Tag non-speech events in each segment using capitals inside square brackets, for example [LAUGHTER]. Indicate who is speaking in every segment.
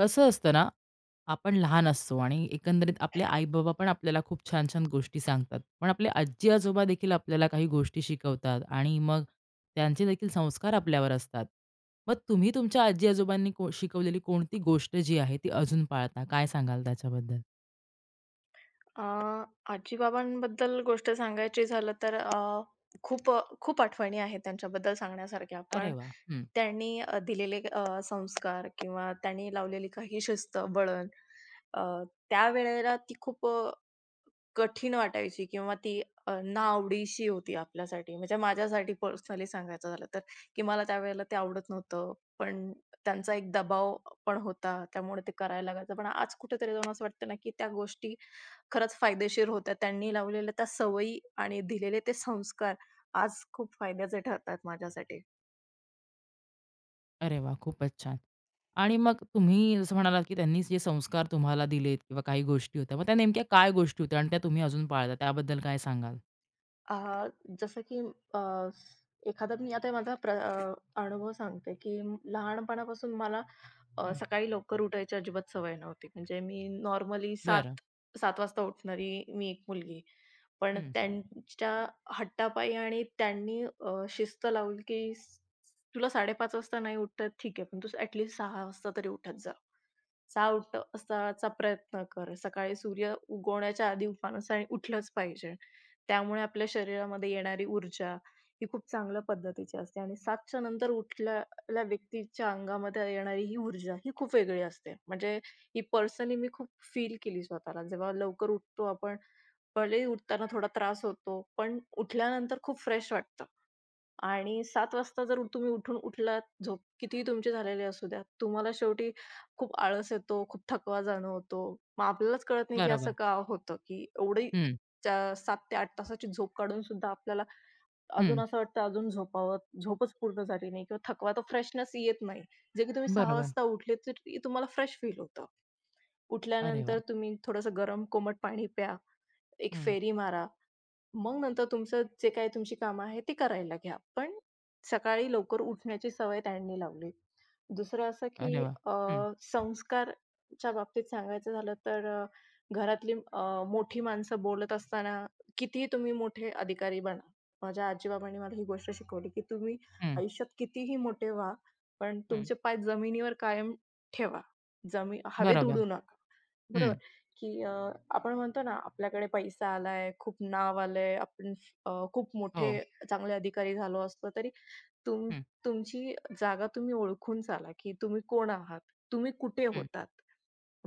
Speaker 1: कसं असतं ना, आपण लहान असतो आणि एकंदरीत आपले आई-बाबा पण आपल्याला खूप छान-छान गोष्टी सांगतात. पण आपले आजी-आजोबा देखील आपल्याला काही गोष्टी शिकवतात आणि मग त्यांचे देखील संस्कार आपल्यावर असतात. मग तुम्ही तुमच्या आजी-आजोबांनी शिकवलेली कोणती गोष्ट जी आहे ती अजून पाळता? काय सांगाल त्याच्याबद्दल?
Speaker 2: अ, आजी-बाबांबद्दल गोष्ट सांगायची झालं तर खूप आठवणी आहेत त्यांच्याबद्दल सांगण्यासारख्या.
Speaker 1: अरे
Speaker 2: पण
Speaker 1: वाह! हं.
Speaker 2: त्यांनी दिलेले संस्कार किंवा त्यांनी लावलेली काही शिस्त, वळण अ, त्यावेळेला ती खूप कठीण वाटायची किंवा ती नाआवडीची होती आपल्यासाठी. म्हणजे माझ्यासाठी पर्सनली सांगायचं झालं तर, की मला त्यावेळेला ते आवडत नव्हतं. पण त्यांचा एक दबाव पण होता. त्यामुळे ते करायला लागायचं. पण आज कुठेतरी जाऊन असं वाटतं ना, की त्या गोष्टी खरंच फायदेशीर होत्या. त्यांनी लावलेल्या त्या सवयी आणि दिलेले ते संस्कार आज खूप फायद्याचे ठरतात माझ्यासाठी.
Speaker 1: अरे वाह! खूपच छान. आणि मग तुम्ही जसं म्हणालात, की त्यांनी जे संस्कार तुम्हाला दिलेत किंवा काही गोष्टी होत्या, मग त्या नेमक्या काय गोष्टी होत्या आणि त्या तुम्ही अजून पाळता त्याबद्दल काय सांगाल?
Speaker 2: अ, जसं की अ, एखादा मी आता माझा अनुभव सांगते, की लहानपणापासून मला
Speaker 1: हं.
Speaker 2: सकाळी लवकर उठायची अजिबात सवय नव्हती. म्हणजे मी नॉर्मली
Speaker 1: बरं.
Speaker 2: 7:00-7:00 वाजता उठणारी मी एक मुलगी. पण
Speaker 1: हं.
Speaker 2: त्यांच्या हट्टापायी आणि त्यांनी शिस्त लावली की "तुला 5:30 वाजता नाही उठता येत ठीक आहे, पण तू ॲट लीस्ट 6:00 वाजता तरी उठत जा." सावट असाचा प्रयत्न कर. सकाळी सूर्य उगवण्याच्या आधी उठानसाने उठलंच पाहिजे. त्यामुळे आपल्या शरीरामध्ये येणारी ऊर्जा ही खूप चांगल्या पद्धतीची असते आणि 7च्या नंतर उठलेल्या व्यक्तीच्या अंगामध्ये येणारी ही ऊर्जा ही खूप वेगळी असते. म्हणजे ही पर्सनली मी खूप फील केली स्वतःला. जेव्हा लवकर उठतो आपण, भलेही उठताना थोडा त्रास होतो, पण उठल्यानंतर खूप फ्रेश वाटतं. आणि 7 वाजता जर तुम्ही उठून उठलात, झोप कितीही तुमची झालेली असू द्या, तुम्हाला शेवटी खूप आळस येतो, खूप थकवा जाणवतो. मग आपल्यालाच कळत नाही, की असं
Speaker 1: बरोबर.
Speaker 2: का होतं, की एवढी
Speaker 1: हं,
Speaker 2: त्या 7 ते 8 तासाची झोप काढून सुद्धा आपल्याला अजून
Speaker 1: हं.
Speaker 2: असं वाटतं, अजून झोपावं, झोपच पूर्ण झाली नाही किंवा थकवा, तो फ्रेशनेस येत नाही. जे की तुम्ही 6
Speaker 1: बरोबर.
Speaker 2: वाजता उठले, तरी तुम्हाला फ्रेश फील होतं.
Speaker 1: अरे वाह!
Speaker 2: उठल्यानंतर तुम्ही थोडंसं गरम कोमट पाणी प्या. एक
Speaker 1: हं.
Speaker 2: फेरी मारा. मग नंतर तुमचं जे काही तुमची कामं आहेत ती करायला घ्या. पण सकाळी लवकर उठण्याची सवय त्यांनी लावली. दुसरं असं की
Speaker 1: अरे वाह! हं.
Speaker 2: संस्कारच्या बाबतीत सांगायचं झालं तर घरातली मोठी माणसं बोलत असताना कितीही तुम्ही मोठे अधिकारी बना. माझ्या आजी मला ही गोष्ट शिकवली की तुम्ही
Speaker 1: हं,
Speaker 2: आयुष्यात कितीही मोठे व्हा, पण
Speaker 1: हं.
Speaker 2: तुमचे पाय जमिनीवर कायम ठेवा. जमी हवेत
Speaker 1: बरोबर.
Speaker 2: उडू नका. बरोबर,
Speaker 1: हं.
Speaker 2: की आपण म्हणतो ना, आपल्याकडे पैसा आलाय, खूप नाव आलंय, आपण खूप मोठे
Speaker 1: हो.
Speaker 2: चांगले अधिकारी झालो असतो, तरी तुम
Speaker 1: हं,
Speaker 2: तुमची जागा तुम्ही ओळखून चाला, की तुम्ही कोण आहात? तुम्ही कुठे
Speaker 1: हं.
Speaker 2: होतात?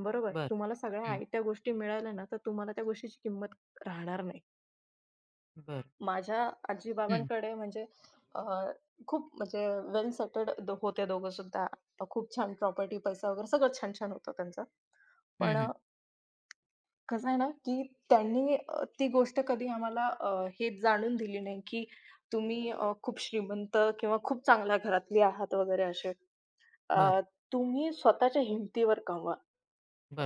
Speaker 2: बरोबर?
Speaker 1: बरं.
Speaker 2: तुम्हाला सगळ्या
Speaker 1: हं.
Speaker 2: आयत्या गोष्टी मिळाल्या ना, तर तुम्हाला त्या गोष्टीची किंमत राहणार नाही.
Speaker 1: बरं.
Speaker 2: माझ्या आजी
Speaker 1: हं,
Speaker 2: म्हणजे अ, खूप म्हणजे वेल सेटल्ड होते दोघंसुद्धा. खूप छान प्रॉपर्टी, पैसा वगैरे सगळं छान-छान होतं त्यांचं.
Speaker 1: हं,
Speaker 2: पण
Speaker 1: हं.
Speaker 2: कसं आहे ना, की त्यांनी ती गोष्ट कधी आम्हाला हे जाणून दिली नाही, की तुम्ही खूप श्रीमंत किंवा खूप चांगल्या घरातली आहात वगैरे असे.
Speaker 1: बरं.
Speaker 2: अ, तुम्ही स्वतःच्या हिमतीवर कमवा.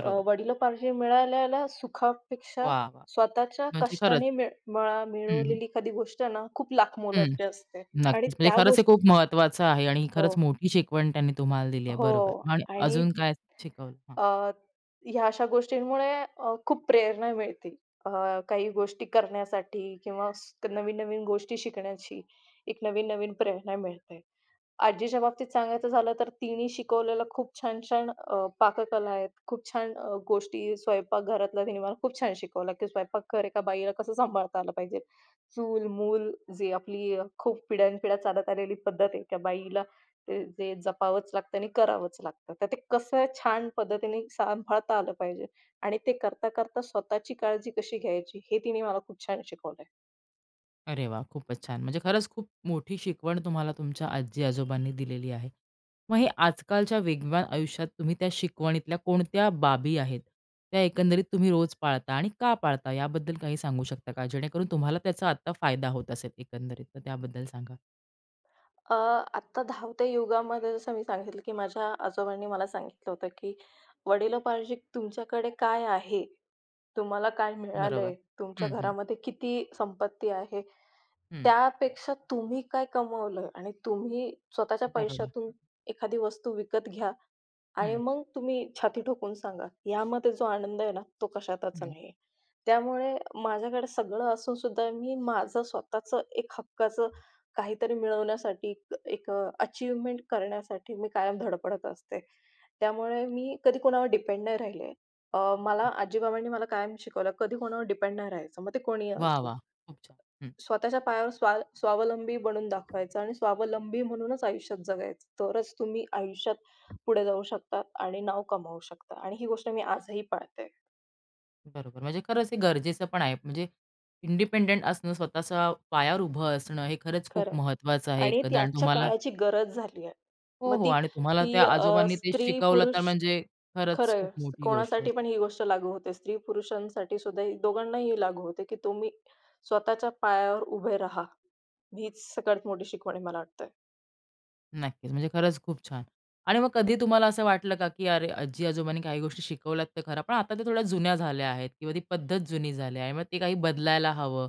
Speaker 2: वडिलोपार्जी मिळालेल्या सुखापेक्षा
Speaker 1: वाह, वाह!
Speaker 2: स्वतःच्या
Speaker 1: म्हणजे खरंच
Speaker 2: कष्टाने मळा
Speaker 1: हं, हं.
Speaker 2: मिळवलेली एखादी गोष्ट ना, खूप
Speaker 1: हं.
Speaker 2: लाखमोलाची असते आणि
Speaker 1: नक्कीच. म्हणजे
Speaker 2: त्या
Speaker 1: खरंच हे
Speaker 2: गोष्टी
Speaker 1: खूप महत्वाचं आहे आणि
Speaker 2: हो.
Speaker 1: खरंच मोठी शिकवण त्यांनी तुम्हाला दिली आहे.
Speaker 2: हो.
Speaker 1: बरोबर. आणि
Speaker 2: आणि
Speaker 1: अजून काय शिकवलं? हां.
Speaker 2: अ, ह्या अशा गोष्टींमुळे खूप प्रेरणा मिळते. अ, काही गोष्टी करण्यासाठी किंवा नवीन-नवीन गोष्टी शिकण्याची एक नवीन-नवीन प्रेरणा मिळते. आजीच्या बाबतीत सांगायचं झालं तर तिने शिकवलेलं खूप छान-छान पाककला आहेत. खूप छान गोष्टी स्वयंपाकघरातल्या तिने मला खूप छान शिकवलं, की स्वयंपाकघर एका बाईला कसं सांभाळता आलं पाहिजे. चूल-मूल जी आपली खूप पिढ्यानपिढ्या चालत आलेली पद्धत आहे, त्या बाईला ते जे जपावंच लागतं आणि करावंच लागतं. तर ते कसं छान पद्धतीने सांभाळता आलं पाहिजे आणि ते करता-करता स्वतःची काळजी कशी घ्यायची, हे तिने मला खूप छान शिकवलंय.
Speaker 1: अरे वा, खूपच छान. म्हणजे खरंच खूप मोठी शिकवण तुम्हाला तुमच्या आजी-आजोबांनी दिलेली आहे. मग हे आजकालच्या वेगवान आयुष्यात तुम्ही त्या शिकवणीतल्या कोणत्या बाबी आहेत, त्या एकंदरीत तुम्ही रोज पाळता आणि का पाळता? याबद्दल काही सांगू शकता का? जेणेकरून तुम्हाला त्याचा आत्ता फायदा होत असेल एकंदरीत, तर त्याबद्दल सांगा?
Speaker 2: अ, आत्ता धावत्या युगामध्ये जसं मी सांगितलं, की माझ्या आजोबांनी मला सांगितलं होतं, की "वडिलोपार्जित तुमच्याकडे काय आहे? तुम्हाला काय
Speaker 1: बरोबर.
Speaker 2: मिळालंय? तुमच्या
Speaker 1: हं, हं.
Speaker 2: घरामध्ये किती संपत्ती आहे?
Speaker 1: हं.
Speaker 2: त्यापेक्षा तुम्ही काय कमवलं आणि तुम्ही स्वतःच्या
Speaker 1: बरोबर.
Speaker 2: पैशातून एखादी वस्तू विकत घ्या आणि
Speaker 1: हं,
Speaker 2: मग तुम्ही छाती ठोकून सांगा, यामध्ये जो आनंद आहे ना, तो कशातच
Speaker 1: हं.
Speaker 2: नाही." त्यामुळे माझ्याकडे सगळं असून सुद्धा मी माझं स्वतःचं एक हक्काचं काहीतरी मिळवण्यासाठी एक अ, करण्यासाठी मी कायम धडपडत असते. त्यामुळे मी कधी कोणावर डिपेंड नाही राहिले. मला आजी कायम शिकवलं, कधी कोणावर डिपेंड नाही राहायचं. मग ते कोणीही
Speaker 1: वाह!
Speaker 2: असो.
Speaker 1: वाह! खूप छान.
Speaker 2: स्वतःच्या पायावर स्वावलंबी बनून दाखवायचं आणि स्वावलंबी म्हणूनच आयुष्यात जगायचं. तरच तुम्ही आयुष्यात पुढे जाऊ शकता आणि नाव कमावू शकता आणि ही गोष्ट मी आजही पाळते.
Speaker 1: बरोबर. म्हणजे खरंच हे गरजेचं पण आहे. म्हणजे इंडिपेंडंट असणं, स्वतःच्या पायावर उभं असणं, हे खरंच खूप
Speaker 2: खरं
Speaker 1: महत्त्वाचं आहे
Speaker 2: आणि ती
Speaker 1: एकंदर आणि
Speaker 2: आजच्या
Speaker 1: तुम्हाला
Speaker 2: काळाची गरज झाली आहे.
Speaker 1: हो,
Speaker 2: मग
Speaker 1: हो.
Speaker 2: ती
Speaker 1: आणि तुम्हाला त्या
Speaker 2: ती
Speaker 1: आजोबांनी ते शिकवलं तर
Speaker 2: स्त्री-पुरुष
Speaker 1: म्हणजे खरंच
Speaker 2: खरंय.
Speaker 1: खूप मोठी गोष्ट
Speaker 2: कोणासाठी
Speaker 1: अशी.
Speaker 2: पण ही गोष्ट लागू होते. स्त्री-पुरुषांसाठी सुद्धा ही- दोघांनाही लागू होते, की तुम्ही स्वतःच्या पायावर उभे राहा. हीच सगळ्यात मोठी शिकवण आहे मला वाटतं.
Speaker 1: नक्कीच. म्हणजे खरंच खूप छान. आणि मग कधी तुम्हाला असं वाटलं का, की अरे, आजी-आजोबांनी काही गोष्टी शिकवल्यात तर खरं, पण आता त्या थोड्या जुन्या झाल्या आहेत किंवा ती पद्धत जुनी झाली आहे. मग ते काही बदलायला हवं,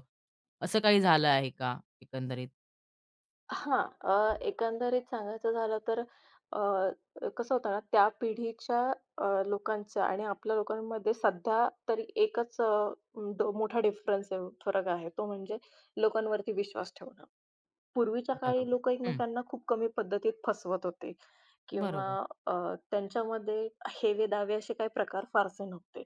Speaker 1: असं काही झालं आहे का एकंदरीत?
Speaker 2: हां. एकंदरीत सांगायचं झालं तर अ, कसं होतं ना, त्या पिढीच्या लोकांचं आणि आपल्या लोकांमध्ये सध्या तरी एकच मोठा डिफरन्स आहे, फरक आहे. तो म्हणजे लोकांवरती विश्वास ठेवणं. पूर्वीच्या काळी
Speaker 1: बरोबर.
Speaker 2: लोकं
Speaker 1: हं.
Speaker 2: एकमेकांना खूप कमी पद्धतीत फसवत होते किंवा
Speaker 1: बरोबर.
Speaker 2: त्यांच्यामध्ये हेवे-दावे असे काही प्रकार फारसे नव्हते.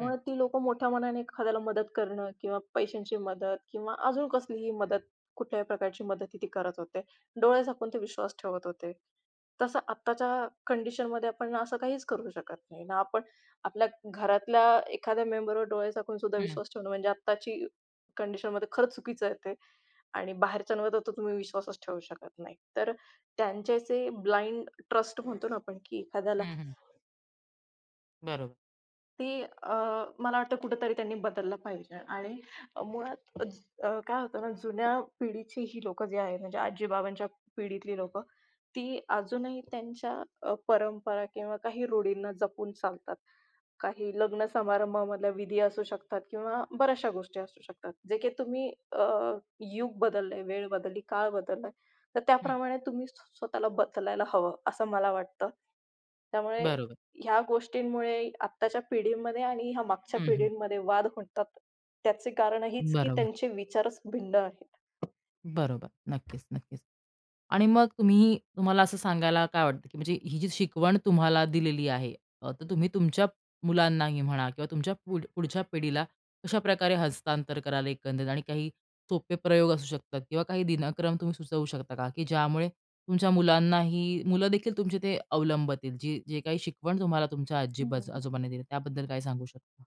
Speaker 1: हं,
Speaker 2: ती लोकं मोठ्या मनाने एखाद्याला मदत करणं किंवा पैशांची मदत किंवा अजून कसलीही मदत कुठल्याही प्रकारची मदती ती करत होते. डोळे झाकून ते विश्वास ठेवत होते. तसं आत्ताच्या कंडिशनमध्ये आपण असं काहीच करू शकत नाही ना, आपण आपल्या घरातल्या एखाद्या मेंबरवर डोळे झाकून सुद्धा
Speaker 1: हं,
Speaker 2: विश्वास ठेवणं म्हणजे आत्ताची कंडिशनमध्ये खरंच चुकीचं आहे ते आणि बाहेरच्यांवर तर तो तुम्ही विश्वासच ठेवू शकत नाही. तर त्यांचे जे ब्लाइंड ट्रस्ट म्हणतो ना आपण, की एखाद्याला
Speaker 1: हं, हं. बरोबर.
Speaker 2: ते अ, मला वाटतं कुठेतरी त्यांनी बदललं पाहिजे आणि मुळात काय होतं ना, जुन्या पिढीची ही लोकं जी आहेत, म्हणजे आजी-बाबांच्या पिढीतली लोकं, ती अजूनही त्यांच्या परंपरा किंवा काही रूढींना जपून चालतात. काही लग्न समारंभामधल्या विधी असू शकतात किंवा बऱ्याचशा गोष्टी असू शकतात. जे की तुम्ही युग बदललंय, वेळ बदलली, काळ बदललाय, तर
Speaker 1: हं,
Speaker 2: त्याप्रमाणे तुम्ही स्वतःला बदलायला हवं, असं मला वाटतं. त्यामुळे
Speaker 1: बरोबर.
Speaker 2: ह्या गोष्टींमुळे आत्ताच्या पिढीमध्ये आणि ह्या मागच्या
Speaker 1: हं, हं.
Speaker 2: पिढींमध्ये वाद होतात. त्याचे कारण हीच की
Speaker 1: बरोबर,
Speaker 2: त्यांचे विचारच भिन्न आहेत.
Speaker 1: बरोबर. नक्कीच, नक्कीच. आणि मग तुम्ही तुम्हाला असं सांगायला काय वाटतं, की म्हणजे ही जी शिकवण तुम्हाला दिलेली आहे, तर तुम्ही तुमच्या मुलांनाही म्हणा किंवा तुमच्या पुढच्या पिढीला कशाप्रकारे हस्तांतर कराल एकंदरीत आणि काही सोपे प्रयोग असू शकतात किंवा काही दिनक्रम तुम्ही सुचवू शकता का, की ज्यामुळे तुमच्या मुलांनाही मुलं देखील तुमचे ते अवलंबतील, जे काही शिकवण तुम्हाला तुमच्या आजी
Speaker 2: हं.
Speaker 1: आजोबांनी दिली त्याबद्दल काय सांगू शकता?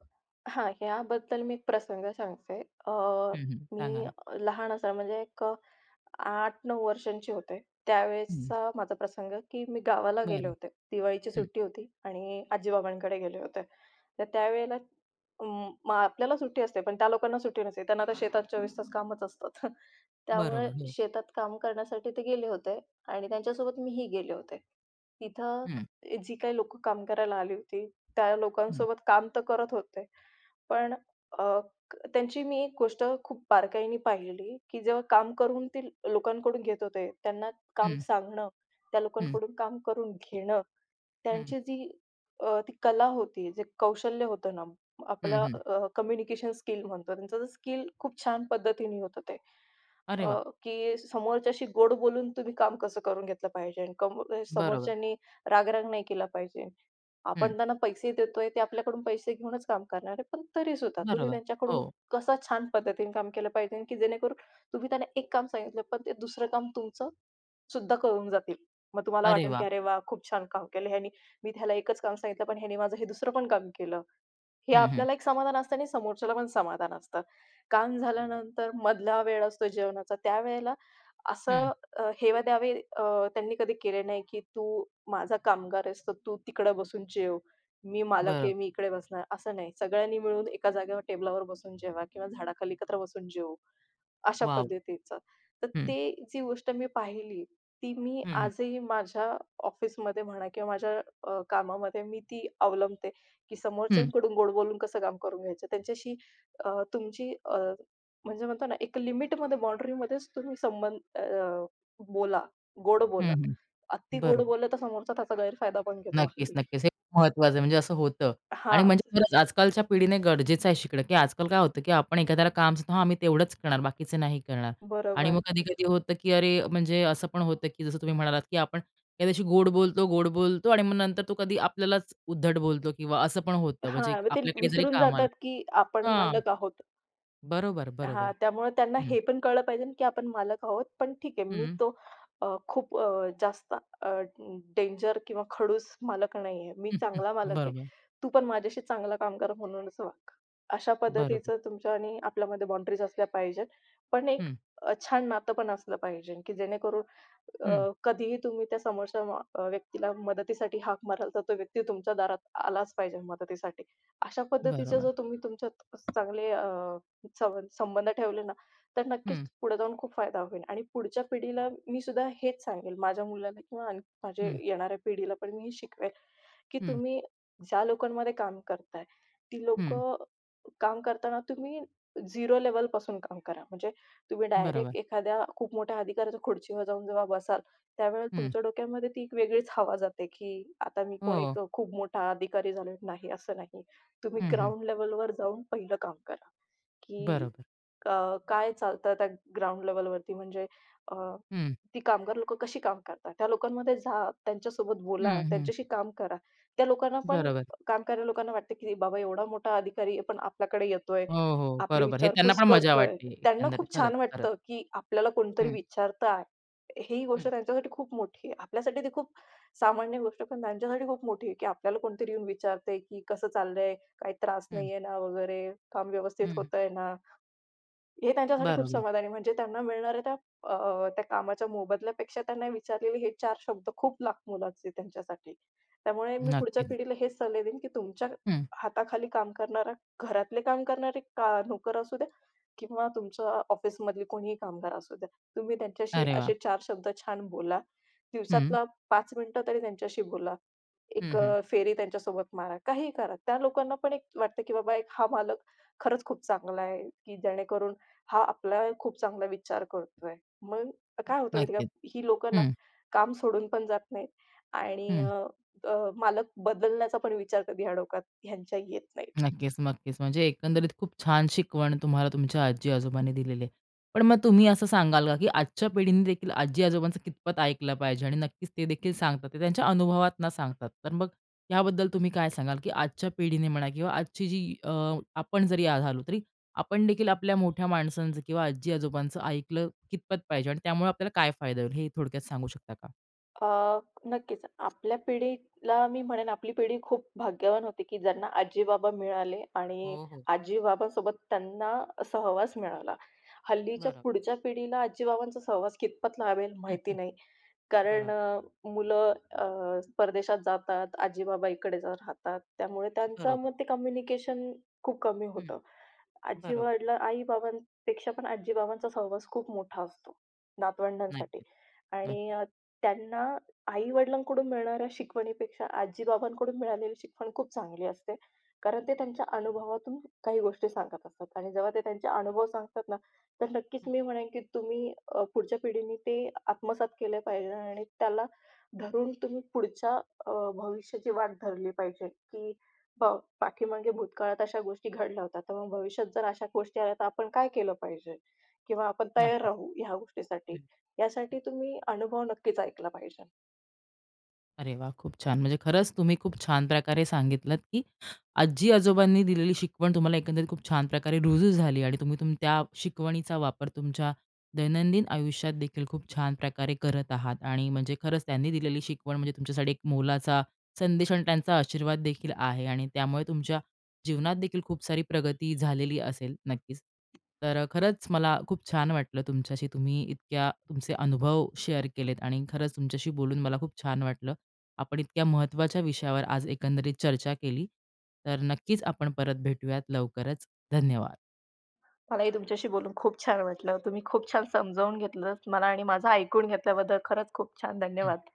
Speaker 2: हां, ह्याबद्दल मी एक प्रसंग सांगते. अ,
Speaker 1: हं, हं. सांगा
Speaker 2: मी
Speaker 1: ना.
Speaker 2: लहान असताना म्हणजे एक 8-9 वर्षांचे होते.
Speaker 1: हं.
Speaker 2: त्यावेळेसचा माझा प्रसंग, की मी गावाला गेले
Speaker 1: बरं.
Speaker 2: होते. दिवाळीची
Speaker 1: हं.
Speaker 2: सुट्टी होती आणि आजी-बाबांकडे गेले होते. तर त्यावेळेला अं, मग आपल्याला सुट्टी असते, पण त्या लोकांना सुट्टी नसते. त्यांना तर शेतात 24 तास कामच असतात. [LAUGHS] त्यामुळे
Speaker 1: बरोबर. हो.
Speaker 2: शेतात काम करण्यासाठी ते गेले होते आणि त्यांच्यासोबत मीही गेले होते. तिथं
Speaker 1: हं,
Speaker 2: जी काही लोकं काम करायला आली होती, त्या
Speaker 1: हं.
Speaker 2: लोकांसोबत काम तर करत होते, पण त्यांची मी एक गोष्ट खूप बारकाईने पाहिलेली, की जेव्हा काम करून ते लोकांकडून घेत होते, त्यांना काम
Speaker 1: हं,
Speaker 2: सांगणं, त्या
Speaker 1: हं,
Speaker 2: लोकांकडून काम करून घेणं,
Speaker 1: हं,
Speaker 2: त्यांची जी ती कला होती, जे कौशल्य होतं ना,
Speaker 1: हं,
Speaker 2: आपला
Speaker 1: हं.
Speaker 2: कम्युनिकेशन स्किल म्हणतो, त्यांचं ते स्किल खूप छान पद्धतीने होत होते.
Speaker 1: अरे वाह!
Speaker 2: अ, की समोरच्याशी गोड बोलून तुम्ही काम कसं करून घेतलं पाहिजे आणि
Speaker 1: बरोबर.
Speaker 2: समोरच्यानी रागराग नाही केला पाहिजे.
Speaker 1: हं,
Speaker 2: आपण त्यांना पैसे देतोय, ते आपल्याकडून पैसे घेऊनच काम करणार आहे, पण तरीसुद्धा तुम्ही
Speaker 1: बरोबर.
Speaker 2: त्यांच्याकडून
Speaker 1: हो.
Speaker 2: कसं छान पद्धतीने काम केलं पाहिजे, की जेणेकरून तुम्ही त्यांना एक काम सांगितलं, पण ते दुसरं काम तुमचं सुद्धा करून जातील. मग तुम्हाला
Speaker 1: अरे
Speaker 2: वाटेल,
Speaker 1: वाह!
Speaker 2: की "अरे वाह! खूप छान काम केलं ह्यानी. मी त्याला एकच काम सांगितलं, पण ह्याने माझं हे दुसरं पण काम केलं." हे
Speaker 1: हं, हं,
Speaker 2: आपल्याला एक समाधान असतं आणि समोरच्याला पण समाधान असतं. काम झाल्यानंतर मधला वेळ असतो जेवणाचा, त्यावेळेला
Speaker 1: हं.
Speaker 2: असं हेवेदावे अ, त्यांनी कधी केले नाही, की "तू माझा कामगार आहेस, तर तू तिकडं बसून जेव. मी मालक
Speaker 1: बरोबर.
Speaker 2: आहे, मी इकडे बसणार." असं नाही. सगळ्यांनी मिळून एका जागेवर टेबलावर बसून जेवा किंवा झाडाखाली एकत्र बसून जेवू. अशा
Speaker 1: वाह! वाह!
Speaker 2: पद्धतीचं. तर
Speaker 1: हं,
Speaker 2: ते जी गोष्ट मी पाहिली, ती मी
Speaker 1: हं, हं,
Speaker 2: आजही माझ्या ऑफिसमध्ये म्हणा किंवा माझ्या कामामध्ये मी ती अवलंबते, की
Speaker 1: हं,
Speaker 2: समोरच्यांकडून गोड बोलून कसं काम करून घ्यायचं. त्यांच्याशी अ, तुमची अ, म्हणजे म्हणतो ना, एक लिमिटमध्ये बाउंडरीमध्येच तुम्ही संबंध बोला, गोड
Speaker 1: हं,
Speaker 2: बोला.
Speaker 1: हं.
Speaker 2: अति गोड
Speaker 1: बरोबर.
Speaker 2: बोललं तर समोरचा त्याचा गैरफायदा पण घेतो
Speaker 1: नक्कीच,
Speaker 2: हल्ली.
Speaker 1: नक्कीच. हे खूप महत्वाचं आहे म्हणजे असं होतं आणि
Speaker 2: हां,
Speaker 1: म्हणजे खरंच आजकालच्या पिढीने गरजेचं आहे शिकणं, की आजकाल काय होतं, की आपण एखाद्याला काम सांगतो, "हां, मी तेवढंच करणार, बाकीचे नाही करणार." आणि
Speaker 2: बरोबर.
Speaker 1: मग कधी-कधी होतं, की अरे म्हणजे असं पण होतं, की जसं तुम्ही म्हणालात, की आपण एखाद्याशी गोड बोलतो, गोड बोलतो आणि मग नंतर तो कधी आपल्यालाच उद्धट बोलतो किंवा असं पण होतं म्हणजे
Speaker 2: हां, मग ते
Speaker 1: आपल्याकडे जरी
Speaker 2: विसरून
Speaker 1: कामाला
Speaker 2: जातात, की आपण
Speaker 1: हां,
Speaker 2: मालक आहोत.
Speaker 1: बरोबर,
Speaker 2: हां,
Speaker 1: बरोबर.
Speaker 2: त्यामुळे त्यांना
Speaker 1: हं,
Speaker 2: हे पण कळलं पाहिजे ना, की आपण मालक आहोत. पण ठीक आहे, मी
Speaker 1: हं.
Speaker 2: तो अ, खूप अ, जास्त अ, डेंजर किंवा खडूस मालक नाहीये. मी चांगला मालक आहे.
Speaker 1: बरोबर,
Speaker 2: तू पण माझ्याशी चांगलं काम कर म्हणूनच वाग. अशा
Speaker 1: बरोबर.
Speaker 2: पद्धतीचं तुमच्या आणि आपल्यामध्ये बाउंडरीज असल्या पाहिजेत. पण एक
Speaker 1: हं,
Speaker 2: छान नातं पण असलं पाहिजे, की जेणेकरून
Speaker 1: हं.
Speaker 2: कधीही तुम्ही त्या समोरच्या व्यक्तीला मदतीसाठी हाक माराल, तर तो व्यक्ती तुमच्या दारात आलाच पाहिजे मदतीसाठी. अशा पद्धतीचे
Speaker 1: बरोबर.
Speaker 2: जर तुम्ही तुमच्यात चांगले संबंध ठेवले ना, तर नक्कीच
Speaker 1: हं,
Speaker 2: पुढे जाऊन खूप फायदा होईल आणि पुढच्या पिढीला मी सुद्धा हेच सांगेल माझ्या मुलाला किंवा माझ्या
Speaker 1: हं,
Speaker 2: येणाऱ्या पिढीला पण मी हे शिकवेल, की
Speaker 1: हं,
Speaker 2: तुम्ही ज्या लोकांमध्ये काम करताय, ती
Speaker 1: हं.
Speaker 2: लोकं काम करताना तुम्ही झिरो लेव्हलपासून काम करा. म्हणजे तुम्ही
Speaker 1: बरोबर.
Speaker 2: डायरेक्ट एखाद्या खूप मोठ्या अधिकाऱ्याच्या खुर्चीवर जाऊन जेव्हा बसाल, त्यावेळेला
Speaker 1: हं.
Speaker 2: तुमच्या डोक्यामध्ये ती एक वेगळीच हवा जाते, की आता मी कोण
Speaker 1: हो.
Speaker 2: एक खूप मोठा अधिकारी झालोय. नाही, असं नाही. तुम्ही
Speaker 1: हं, हं.
Speaker 2: ग्राउंड लेव्हलवर जाऊन पहिलं काम करा. की
Speaker 1: बरोबर.
Speaker 2: अ, काय चालतं त्या ग्राउंड लेव्हलवरती म्हणजे अ,
Speaker 1: हं,
Speaker 2: ती कामगार लोकं कशी काम करतात? त्या लोकांमध्ये जा, त्यांच्यासोबत बोला,
Speaker 1: हं, हं.
Speaker 2: त्यांच्याशी काम करा. त्या लोकांना पण
Speaker 1: बरोबर.
Speaker 2: काम करणाऱ्या लोकांना वाटतं की बाबा एवढा मोठा अधिकारी पण आपल्याकडे येतोय,
Speaker 1: हो, हो.
Speaker 2: आपली
Speaker 1: बरोबर. हे त्यांना
Speaker 2: विचारपूस
Speaker 1: पण मजा
Speaker 2: करतोय.
Speaker 1: वाटते
Speaker 2: त्यांना
Speaker 1: एकंदरीत.
Speaker 2: खूप
Speaker 1: खरंच,
Speaker 2: छान
Speaker 1: खरंच.
Speaker 2: वाटतं की आपल्याला कोणतरी
Speaker 1: हं,
Speaker 2: विचारतं आहे. ही गोष्ट
Speaker 1: हं,
Speaker 2: त्यांच्यासाठी खूप मोठी आहे. आपल्यासाठी ती खूप सामान्य गोष्ट पण त्यांच्यासाठी खूप मोठी आहे की आपल्याला कोणतरी येऊन विचारतंय की कसं चाललंय? काही त्रास
Speaker 1: हं,
Speaker 2: नाहीये ना वगैरे, काम व्यवस्थित
Speaker 1: हं.
Speaker 2: होतंय ना? हे त्यांच्यासाठी खूप
Speaker 1: बरोबर.
Speaker 2: समाधानी म्हणजे त्यांना मिळणाऱ्या त्या त्या कामाच्या मोबदल्यापेक्षा त्यांना विचारलेले हे 4 शब्द खूप लाख मोलाचे आहेत त्यांच्यासाठी. त्यामुळे मी पुढच्या
Speaker 1: नक्कीच.
Speaker 2: पिढीला हेच सल्ले देईन, की तुमच्या
Speaker 1: हं.
Speaker 2: हाताखाली काम करणारा, घरातले काम करणारे का नोकर असू द्या किंवा तुमच्या ऑफिसमधली कोणीही कामगार असू द्या. तुम्ही त्यांच्याशी
Speaker 1: अरे वाह!
Speaker 2: असे 4 शब्द छान बोला.
Speaker 1: हं,
Speaker 2: दिवसातला 5 मिनिटं तरी त्यांच्याशी बोला.
Speaker 1: हं, हं.
Speaker 2: फेरी त्यांच्यासोबत मारा. काहीही करा. त्या लोकांना पण एक वाटतं, की बाबा एक हा मालक खरंच खूप चांगला आहे, की जेणेकरून हा आपला खूप चांगला विचार करतोय. मग काय होतं माहिती आहे
Speaker 1: नक्कीच.
Speaker 2: का, ही लोकं ना
Speaker 1: हं,
Speaker 2: काम सोडून पण जात नाहीत आणि
Speaker 1: हं.
Speaker 2: अ, अ, मालक बदलण्याचा पण विचार कधी ह्या डोक्यात ह्यांच्या येत नाही.
Speaker 1: नक्कीच, नक्कीच. म्हणजे एकंदरीत खूप छान शिकवण तुम्हाला तुमच्या आजी-आजोबांनी दिलेली आहे. पण मग तुम्ही असं सांगाल का, की आजच्या पिढीने देखील आजी-आजोबांचं कितपत ऐकलं पाहिजे आणि नक्कीच ते देखील सांगतात. ते त्यांच्या अनुभवातनं सांगतात. तर मग याबद्दल तुम्ही काय सांगाल, की आजच्या पिढीने म्हणा किंवा आजची जी आपण जरी झालो तरी आपण देखील आपल्या मोठ्या माणसांचं किंवा आजी-आजोबांचं ऐकलं कितपत पाहिजे आणि त्यामुळे आपल्याला काय फायदा होईल, हे थोडक्यात सांगू शकता का?
Speaker 2: अ, नक्कीच आपल्या पिढीला मी म्हणेन आपली पिढी खूप भाग्यवान होती, की ज्यांना आजी-बाबा मिळाले आणि
Speaker 1: हो, हो.
Speaker 2: आजी-बाबांसोबत त्यांना सहवास मिळाला. हल्लीच्या
Speaker 1: बरोबर.
Speaker 2: पुढच्या पिढीला आजी-बाबांचा सहवास कितपत लाभेल
Speaker 1: हं,
Speaker 2: माहिती
Speaker 1: हं.
Speaker 2: नाही. कारण
Speaker 1: बरोबर.
Speaker 2: मुलं परदेशात जातात, आजी-बाबा इकडेच राहतात. त्यामुळे त्यांचं
Speaker 1: बरोबर.
Speaker 2: मग ते कम्युनिकेशन खूप कमी
Speaker 1: हं.
Speaker 2: होतं.
Speaker 1: बरोबर.
Speaker 2: आजी-वडील, आई-बाबांपेक्षा पण आजी-बाबांचा सहवास खूप मोठा असतो नातवंडांसाठी
Speaker 1: नक्कीच,
Speaker 2: आणि
Speaker 1: नक्कीच.
Speaker 2: त्यांना आई-वडिलांकडून मिळणाऱ्या शिकवणीपेक्षा आजी-बाबांकडून मिळालेली शिकवण खूप चांगली असते. कारण ते त्यांच्या अनुभवातून काही गोष्टी सांगत असतात आणि जेव्हा ते त्यांचे अनुभव सांगतात ना, तर नक्कीच मी म्हणेन की तुम्ही पुढच्या पिढीने ते आत्मसात केले पाहिजे आणि त्याला धरून तुम्ही पुढच्या भविष्याची वाट धरली पाहिजे की प पाठीमागे भूतकाळात अशा गोष्टी घडल्या होत्या. तर मग भविष्यात जर अशा गोष्टी आल्या तर आपण काय केलं पाहिजे? किंवा आपण तयार
Speaker 1: नक्कीच.
Speaker 2: राहू ह्या
Speaker 1: हं,
Speaker 2: गोष्टीसाठी.
Speaker 1: हं.
Speaker 2: यासाठी तुम्ही अनुभव नक्कीच ऐकला पाहिजे.
Speaker 1: अरे वा, खूप छान. म्हणजे खरंच तुम्ही खूप छान प्रकारे सांगितलंत, की आजी-आजोबांनी दिलेली शिकवण तुम्हाला एकंदरीत खूप छान प्रकारे रुजू झाली आणि तुम्ही त्या शिकवणीचा वापर तुमच्या दैनंदिन आयुष्यात देखील खूप छान प्रकारे करत आहात आणि म्हणजे खरंच त्यांनी दिलेली शिकवण म्हणजे तुमच्यासाठी एक मोलाचा संदेश आणि त्यांचा आशीर्वाद देखील आहे आणि त्यामुळे तुमच्या जीवनात देखील खूप सारी प्रगती झालेली असेल नक्कीच. तर खरंच मला खूप छान वाटलं तुमच्याशी. तुम्ही इतक्या तुमचे अनुभव शेअर केलेत आणि खरंच तुमच्याशी बोलून मला खूप छान वाटलं. आपण इतक्या महत्त्वाच्या विषयावर आज एकंदरीत चर्चा केली. तर नक्कीच आपण परत भेटूयात लवकरच. धन्यवाद.
Speaker 2: मलाही तुमच्याशी बोलून खूप छान वाटलं. तुम्ही खूप छान समजावून घेतलंत मला आणि माझं ऐकून घेतल्याबद्दल खरंच खूप छान
Speaker 1: हं.
Speaker 2: धन्यवाद.